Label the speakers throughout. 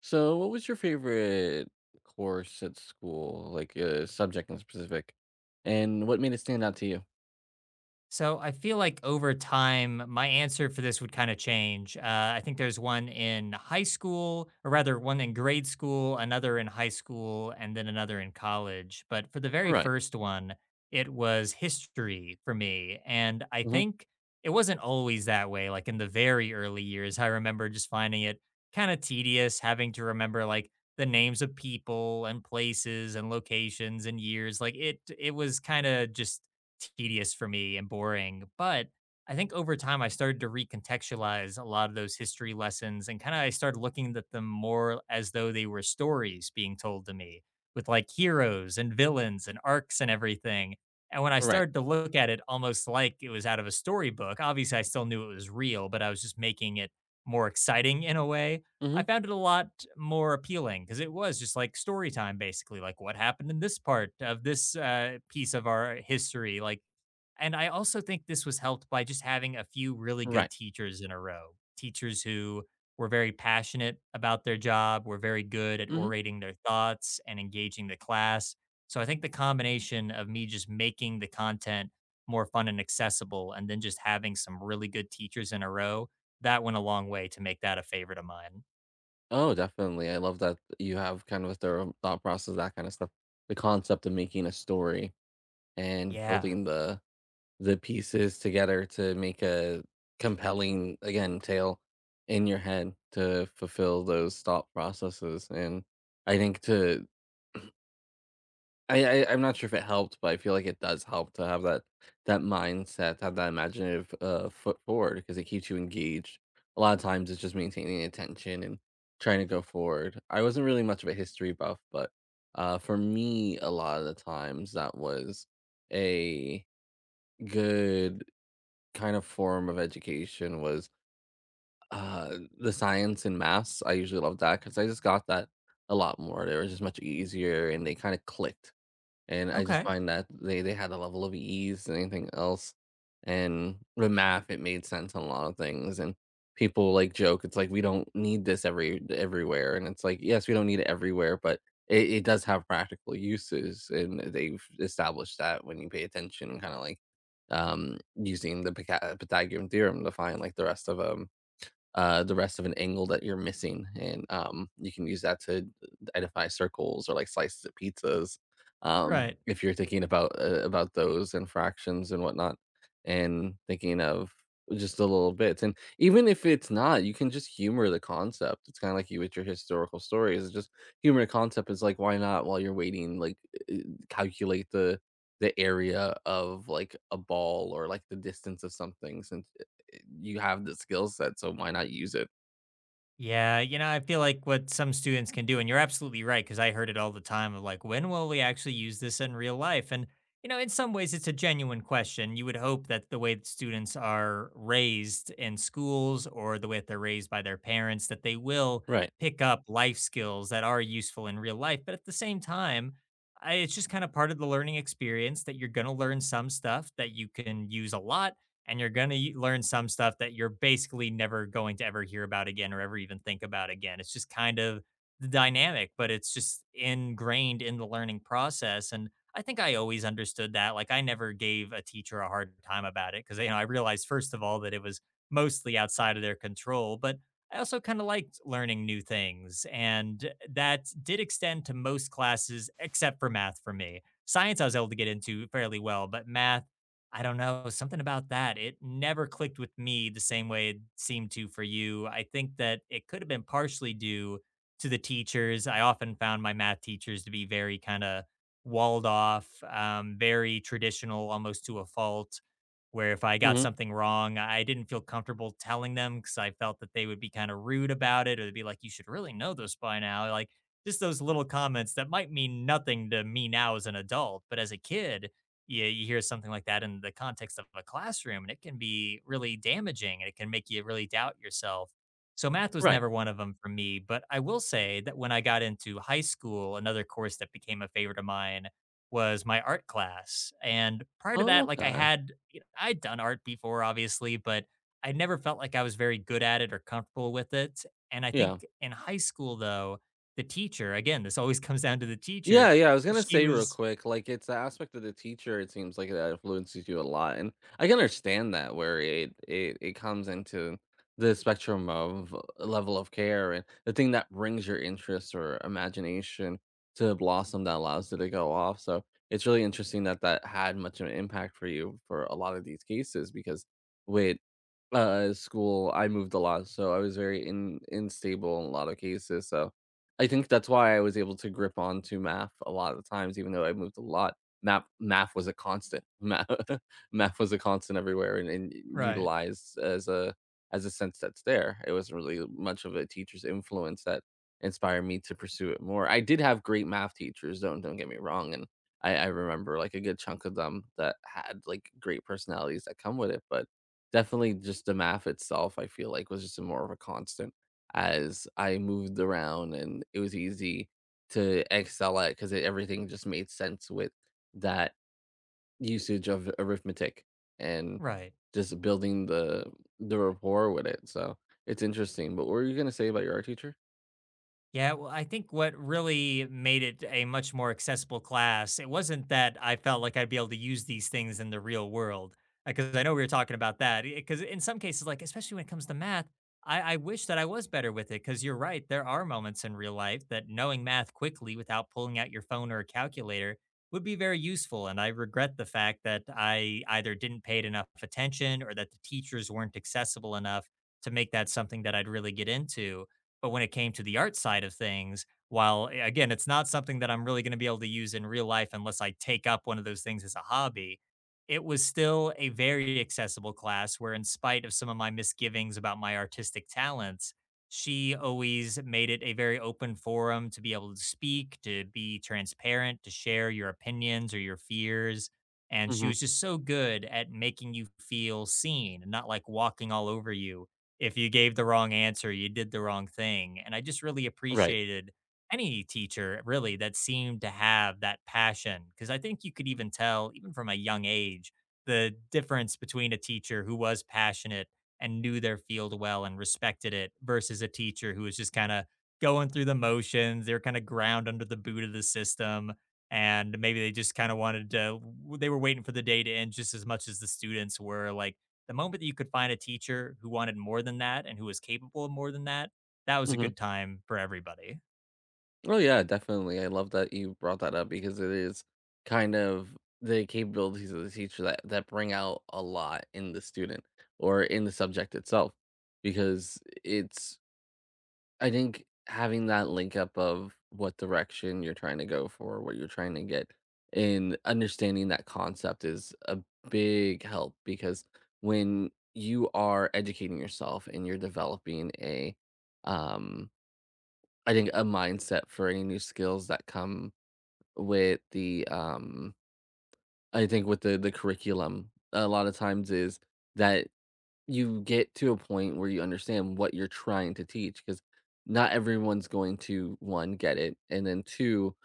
Speaker 1: So, what was your favorite course at school, like a subject in specific, and what made it stand out to you?
Speaker 2: So I feel like over time, my answer for this would kind of change. I think there's one in high school, or rather, one in grade school, another in high school, and then another in college. But for the very
Speaker 1: Right.
Speaker 2: first one, it was history for me. And I
Speaker 1: Mhm.
Speaker 2: think it wasn't always that way. Like in the very early years, I remember just finding it kind of tedious having to remember like the names of people and places and locations and years. Like it was kind of just tedious for me and boring. But I think over time, I started to recontextualize a lot of those history lessons and kind of I started looking at them more as though they were stories being told to me with like heroes and villains and arcs and everything. And when I
Speaker 1: Right.
Speaker 2: started to look at it almost like it was out of a storybook, obviously I still knew it was real, but I was just making it more exciting in a way. I
Speaker 1: Mhm.
Speaker 2: found it a lot more appealing because it was just like story time, basically, like what happened in this part of this piece of our history. Like, and I also think this was helped by just having a few really good
Speaker 1: Right.
Speaker 2: teachers in a row, teachers who were very passionate about their job, were very good at
Speaker 1: Mhm.
Speaker 2: orating their thoughts and engaging the class. So I think the combination of me just making the content more fun and accessible, and then just having some really good teachers in a row, that went a long way to make that a favorite of mine.
Speaker 1: Oh, definitely. I love that you have kind of a thorough thought process, that kind of stuff. The concept of making a story and
Speaker 2: Yeah.
Speaker 1: building the pieces together to make a compelling, again, tale in your head to fulfill those thought processes. And I think to I I'm not sure if it helped, but I feel like it does help to have that that mindset, to have that imaginative foot forward because it keeps you engaged. A lot of times, it's just maintaining attention and trying to go forward. I wasn't really much of a history buff, but for me, a lot of the times that was a good kind of form of education was the science and maths. I usually loved that because I just got that a lot more. They were just much easier, and they kind of clicked and I just
Speaker 2: Okay.
Speaker 1: find that they had a level of ease than anything else, and the math, it made sense on a lot of things, and people, like, joke, it's like, "We don't need this every everywhere," and it's like, yes, we don't need it everywhere, but it does have practical uses, and they've established that when you pay attention kinda, like, um, using the Pyca Pythagorean theorem to find, like, the rest of 'em the rest of an angle that you're missing, and you can use that to identify circles or like slices of pizzas,
Speaker 2: Right.
Speaker 1: if you're thinking about those and fractions and whatnot, and thinking of just the little bits. And even if it's not, you can just humor the concept. It's kind of like you with your historical stories. It's just humor the concept is like why not while you're waiting, like, uh, calculate the area of like a ball or like the distance of something since you have the skill set, so why not use it?
Speaker 2: Yeah. You know, I feel like what some students can do, and you're absolutely right, because I heard it all the time of like, when will we actually use this in real life? And, you know, in some ways, it's a genuine question. You would hope that the way that students are raised in schools or the way that they're raised by their parents, that they will
Speaker 1: Right.
Speaker 2: pick up life skills that are useful in real life. But at the same time, I, it's just kind of part of the learning experience that you're going to learn some stuff that you can use a lot and you're going to learn some stuff that you're basically never going to ever hear about again or ever even think about again. It's just kind of the dynamic, but it's just ingrained in the learning process. And I think I always understood that. Like I never gave a teacher a hard time about it because, you know, I realized, first of all, that it was mostly outside of their control, but I also kind of liked learning new things. And that did extend to most classes except for math for me. Science, I was able to get into fairly well, but math, I don't know, something about that, it never clicked with me the same way it seemed to for you. I think that it could have been partially due to the teachers. I often found my math teachers to be very kinda walled off, very traditional almost to a fault, where if I got
Speaker 1: Mhm.
Speaker 2: something wrong, I didn't feel comfortable telling them because I felt that they would be kinda rude about it or they'd be like, "You should really know this by now," like, just those little comments that might mean nothing to me now as an adult, but as a kid, you hear something like that in the context of a classroom and it can be really damaging and it can make you really doubt yourself. So math was
Speaker 1: Right.
Speaker 2: never one of them for me, but I will say that when I got into high school, another course that became a favorite of mine was my art class. And prior to
Speaker 1: Oh,
Speaker 2: that, like I
Speaker 1: okay.
Speaker 2: had I'd done art before obviously, but I never felt like I was very good at it or comfortable with it. And I
Speaker 1: Yeah.
Speaker 2: think in high school though, the teacher, again, this always comes down to the teacher,
Speaker 1: Yeah, yeah, I was gonna
Speaker 2: she
Speaker 1: say real
Speaker 2: was
Speaker 1: quick, like, it's the aspect of the teacher, it seems like that influences you a lot, and I can understand that where it comes into the spectrum of level of care and the thing that brings your interest or imagination to blossom that allows it to go off, so it's really interesting that that had much of an impact for you for a lot of these cases because with, school, I moved a lot, so I was very in instable in a lot of cases, so I think that's why I was able to grip on to math a lot of the times, even though I moved a lot. Math was a constant. Math was a constant everywhere, and
Speaker 2: right,
Speaker 1: utilized as a sense that's there. It wasn't really much of a teacher's influence that inspired me to pursue it more. I did have great math teachers. Don't get me wrong, and I remember like a good chunk of them that had like great personalities that come with it. But definitely, just the math itself, I feel like was just a more of a constant as I moved around and it was easy to excel at because everything just made sense with that usage of arithmetic and
Speaker 2: right.
Speaker 1: just building the rapport with it. So it's interesting. But what were you gonna say about your art teacher?
Speaker 2: Yeah, well, I think what really made it a much more accessible class, it wasn't that I felt like I'd be able to use these things in the real world, because I know we were talking about that. Because in some cases, like especially when it comes to math, I wish that I was better with it. Because you're right, there are moments in real life that knowing math quickly without pulling out your phone or a calculator would be very useful. And I regret the fact that I either didn't pay it enough attention or that the teachers weren't accessible enough to make that something that I'd really get into. But when it came to the art side of things, while a again, it's not something that I'm really gonna be able to use in real life unless I take up one of those things as a hobby, it was still a very accessible class where in spite of some of my misgivings about my artistic talents, she always made it a very open forum to be able to speak, to be transparent, to share your opinions or your fears, and she
Speaker 1: hmm
Speaker 2: was just so good at making you feel seen and not, like, walking all over you if you gave the wrong answer, you did the wrong thing. And I just really
Speaker 1: Right.
Speaker 2: appreciated any teacher really that seemed to have that passion because I think you could even tell, even from a young age, the difference between a teacher who was passionate and knew their field well and respected it versus a teacher who was just kind of going through the motions. They were kind of ground under the boot of the system. And maybe they just kind of wanted to, they were waiting for the day to end just as much as the students were like, the moment that you could find a teacher who wanted more than that and who was capable of more than that, that was a
Speaker 1: hmm
Speaker 2: good time for everybody.
Speaker 1: Oh yeah, definitely. I love that you brought that up because it is kind of the capabilities of the teacher that that bring out a lot in the student or in the subject itself because it's I think having that link up of what direction you're trying to go for, what you're trying to get, and understanding that concept is a big help because when you are educating yourself and you're developing a, um, I think a mindset for any new skills that come with the, I think with the curriculum, a lot of times is that you get to a point where you understand what you're trying to teach, because not everyone's going to, 1, get it, and then 2,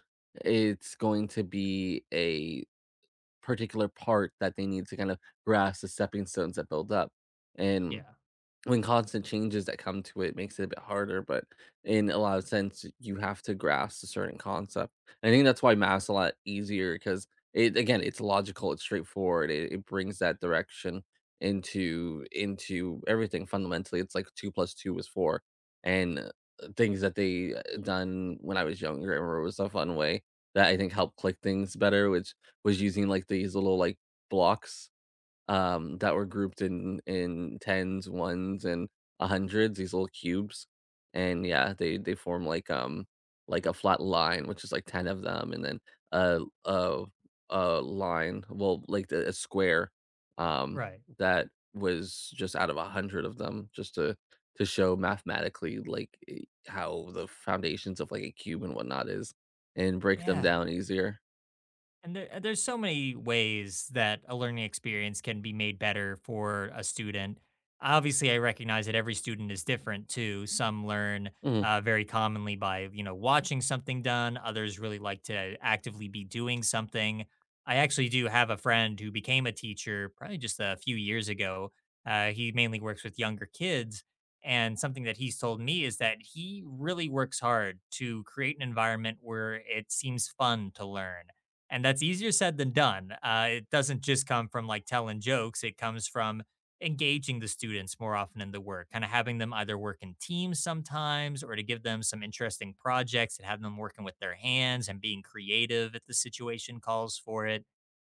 Speaker 1: it's going to be a particular part that they need to kind of grasp the stepping stones that build up, and
Speaker 2: Yeah.
Speaker 1: when constant changes that come to it makes it a bit harder, but in a lot of sense, you have to grasp a certain concept. I think that's why math's a lot easier because it again, it's logical, it's straightforward, it brings that direction into everything fundamentally. It's like two plus two is four, and things that they done when I was younger, I remember was a fun way that I think helped click things better, which was using like these little like blocks, that were grouped in tens, ones, and hundreds, these little cubes. And yeah, they form like, like a flat line, which is like 10 of them, and then a a, a line, well, like the, a square, um
Speaker 2: Right.
Speaker 1: that was just out of a hundred of them, just to show mathematically like how the foundations of like a cube and whatnot is and break them
Speaker 2: Yeah.
Speaker 1: down easier.
Speaker 2: And there, there's so many ways that a learning experience can be made better for a student. Obviously, I recognize that every student is different too. Some learn
Speaker 1: hmm
Speaker 2: very commonly by you know watching something done. Others really like to actively be doing something. I actually do have a friend who became a teacher probably just a few years ago. He mainly works with younger kids. And something that he's told me is that he really works hard to create an environment where it seems fun to learn, and that's easier said than done. It doesn't just come from like telling jokes, it comes from engaging the students more often in the work, kind of having them either work in teams sometimes or to give them some interesting projects and have them working with their hands and being creative if the situation calls for it.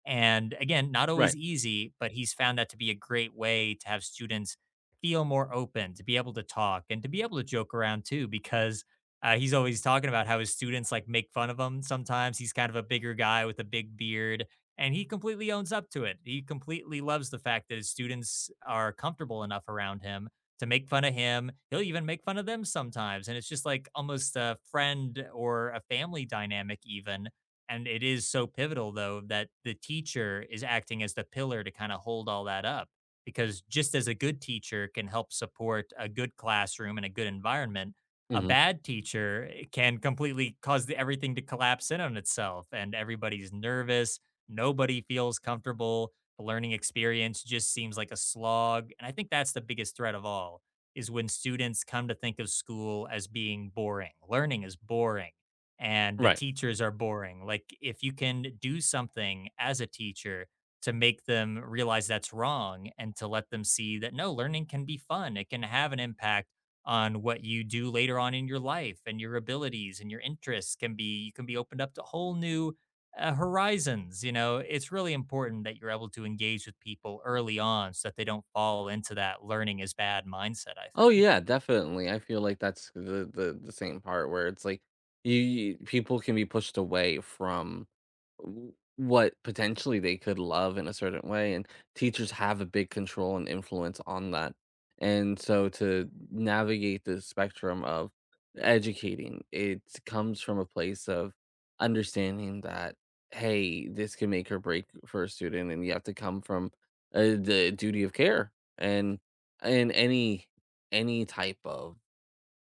Speaker 2: And again, not
Speaker 1: Right.
Speaker 2: always easy, but he's found that to be a great way to have students feel more open, to be able to talk and to be able to joke around too, because he's always talking about how his students like make fun of him sometimes. He's kind of a bigger guy with a big beard, and he completely owns up to it. He completely loves the fact that his students are comfortable enough around him to make fun of him. He'll even make fun of them sometimes. And it's just like almost a friend or a family dynamic, even. And it is so pivotal, though, that the teacher is acting as the pillar to kind of hold all that up. Because just as a good teacher can help support a good classroom and a good environment, a
Speaker 1: hmm
Speaker 2: bad teacher can completely cause the, everything to collapse in on itself and everybody's nervous, nobody feels comfortable, the learning experience just seems like a slog. And I think that's the biggest threat of all, is when students come to think of school as being boring, learning is boring, and the
Speaker 1: Right.
Speaker 2: teachers are boring. Like if you can do something as a teacher to make them realize that's wrong and to let them see that no, learning can be fun, it can have an impact on what you do later on in your life and your abilities and your interests can be, you can be opened up to whole new horizons. You know, it's really important that you're able to engage with people early on so that they don't fall into that learning is bad mindset I
Speaker 1: Oh
Speaker 2: think.
Speaker 1: yeah, definitely. I feel like that's the the same part where it's like you people can be pushed away from what potentially they could love in a certain way and teachers have a big control and influence on that. And so to navigate the spectrum of educating, it comes from a place of understanding that hey, this can make or break for a student and you have to come from the duty of care and in any type of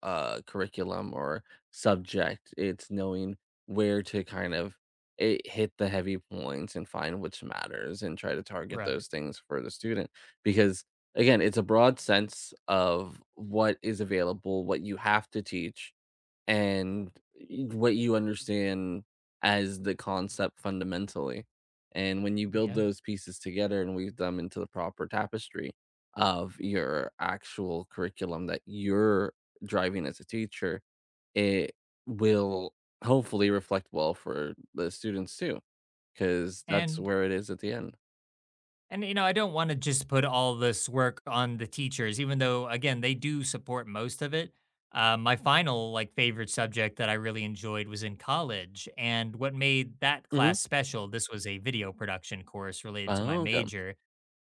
Speaker 1: curriculum or subject it's knowing where to kind of it hit the heavy points and find which matters and try to target
Speaker 2: Right.
Speaker 1: those things for the student because again it's a broad sense of what is available what you have to teach and y what you understand as the concept fundamentally. And when you build
Speaker 2: Yeah.
Speaker 1: those pieces together and weave them into the proper tapestry of your actual curriculum that you're driving as a teacher, it will hopefully reflect well for the students too, because that's
Speaker 2: and
Speaker 1: where it is at the end.
Speaker 2: And you know, I don't want to just put all this work on the teachers, even though again they do support most of it. My final like favorite subject that I really enjoyed was in college, and what made that
Speaker 1: Mhm.
Speaker 2: class special. This was a video production course related to my
Speaker 1: Oh, okay.
Speaker 2: major,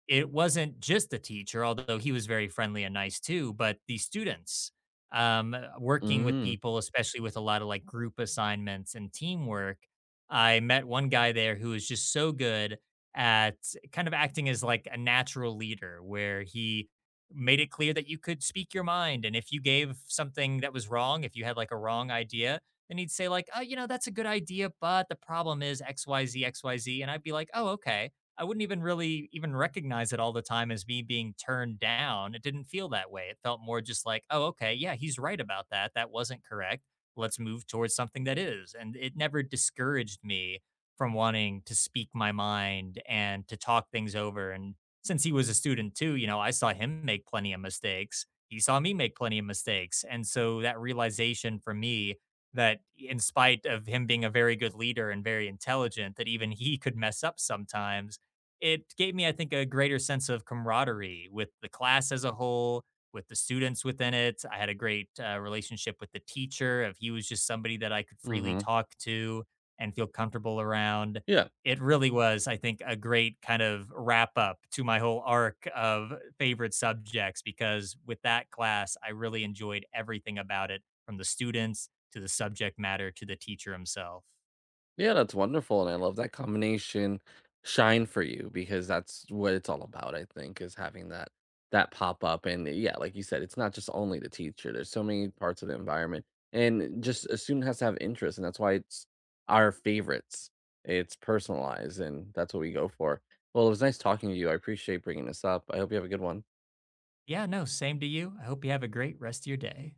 Speaker 2: it wasn't just the teacher, although he was very friendly and nice too, but the students, working with
Speaker 1: Mm.
Speaker 2: people, especially with a lot of like group assignments and teamwork. I met one guy there who was just so good at kind of acting as like a natural leader, where he made it clear that you could speak your mind. And if you gave something that was wrong, if you had like a wrong idea, then he'd say, like, oh, you know, that's a good idea, but the problem is XYZ, XYZ. And I'd be like, oh, okay, I wouldn't even really even recognize it all the time as me being turned down. It didn't feel that way. It felt more just like, "Oh, okay, yeah, he's right about that. That wasn't correct. Let's move towards something that is." And it never discouraged me from wanting to speak my mind and to talk things over. And since he was a student too, you know, I saw him make plenty of mistakes. He saw me make plenty of mistakes. And so that realization for me that in spite of him being a very good leader and very intelligent, that even he could mess up sometimes, it gave me, I think, a greater sense of camaraderie with the class as a whole, with the students within it. I had a great relationship with the teacher. If he was just somebody that I could freely
Speaker 1: Mhm.
Speaker 2: talk to and feel comfortable around,
Speaker 1: Yeah.
Speaker 2: it really was, I think, a great kind of wrap up to my whole arc of favorite subjects because with that class, I really enjoyed everything about it from the students to the subject matter to the teacher himself.
Speaker 1: Yeah, that's wonderful, and I love that combination shine for you because that's what it's all about, I think, is having that that pop up. And yeah, like you said, it's not just only the teacher. There's so many parts of the environment. And just a student has to have interest, and that's why it's our favorites. It's personalized, and that's what we go for. Well, it was nice talking to you. I appreciate bringing this up. I hope you have a good one.
Speaker 2: Yeah, no, same to you. I hope you have a great rest of your day.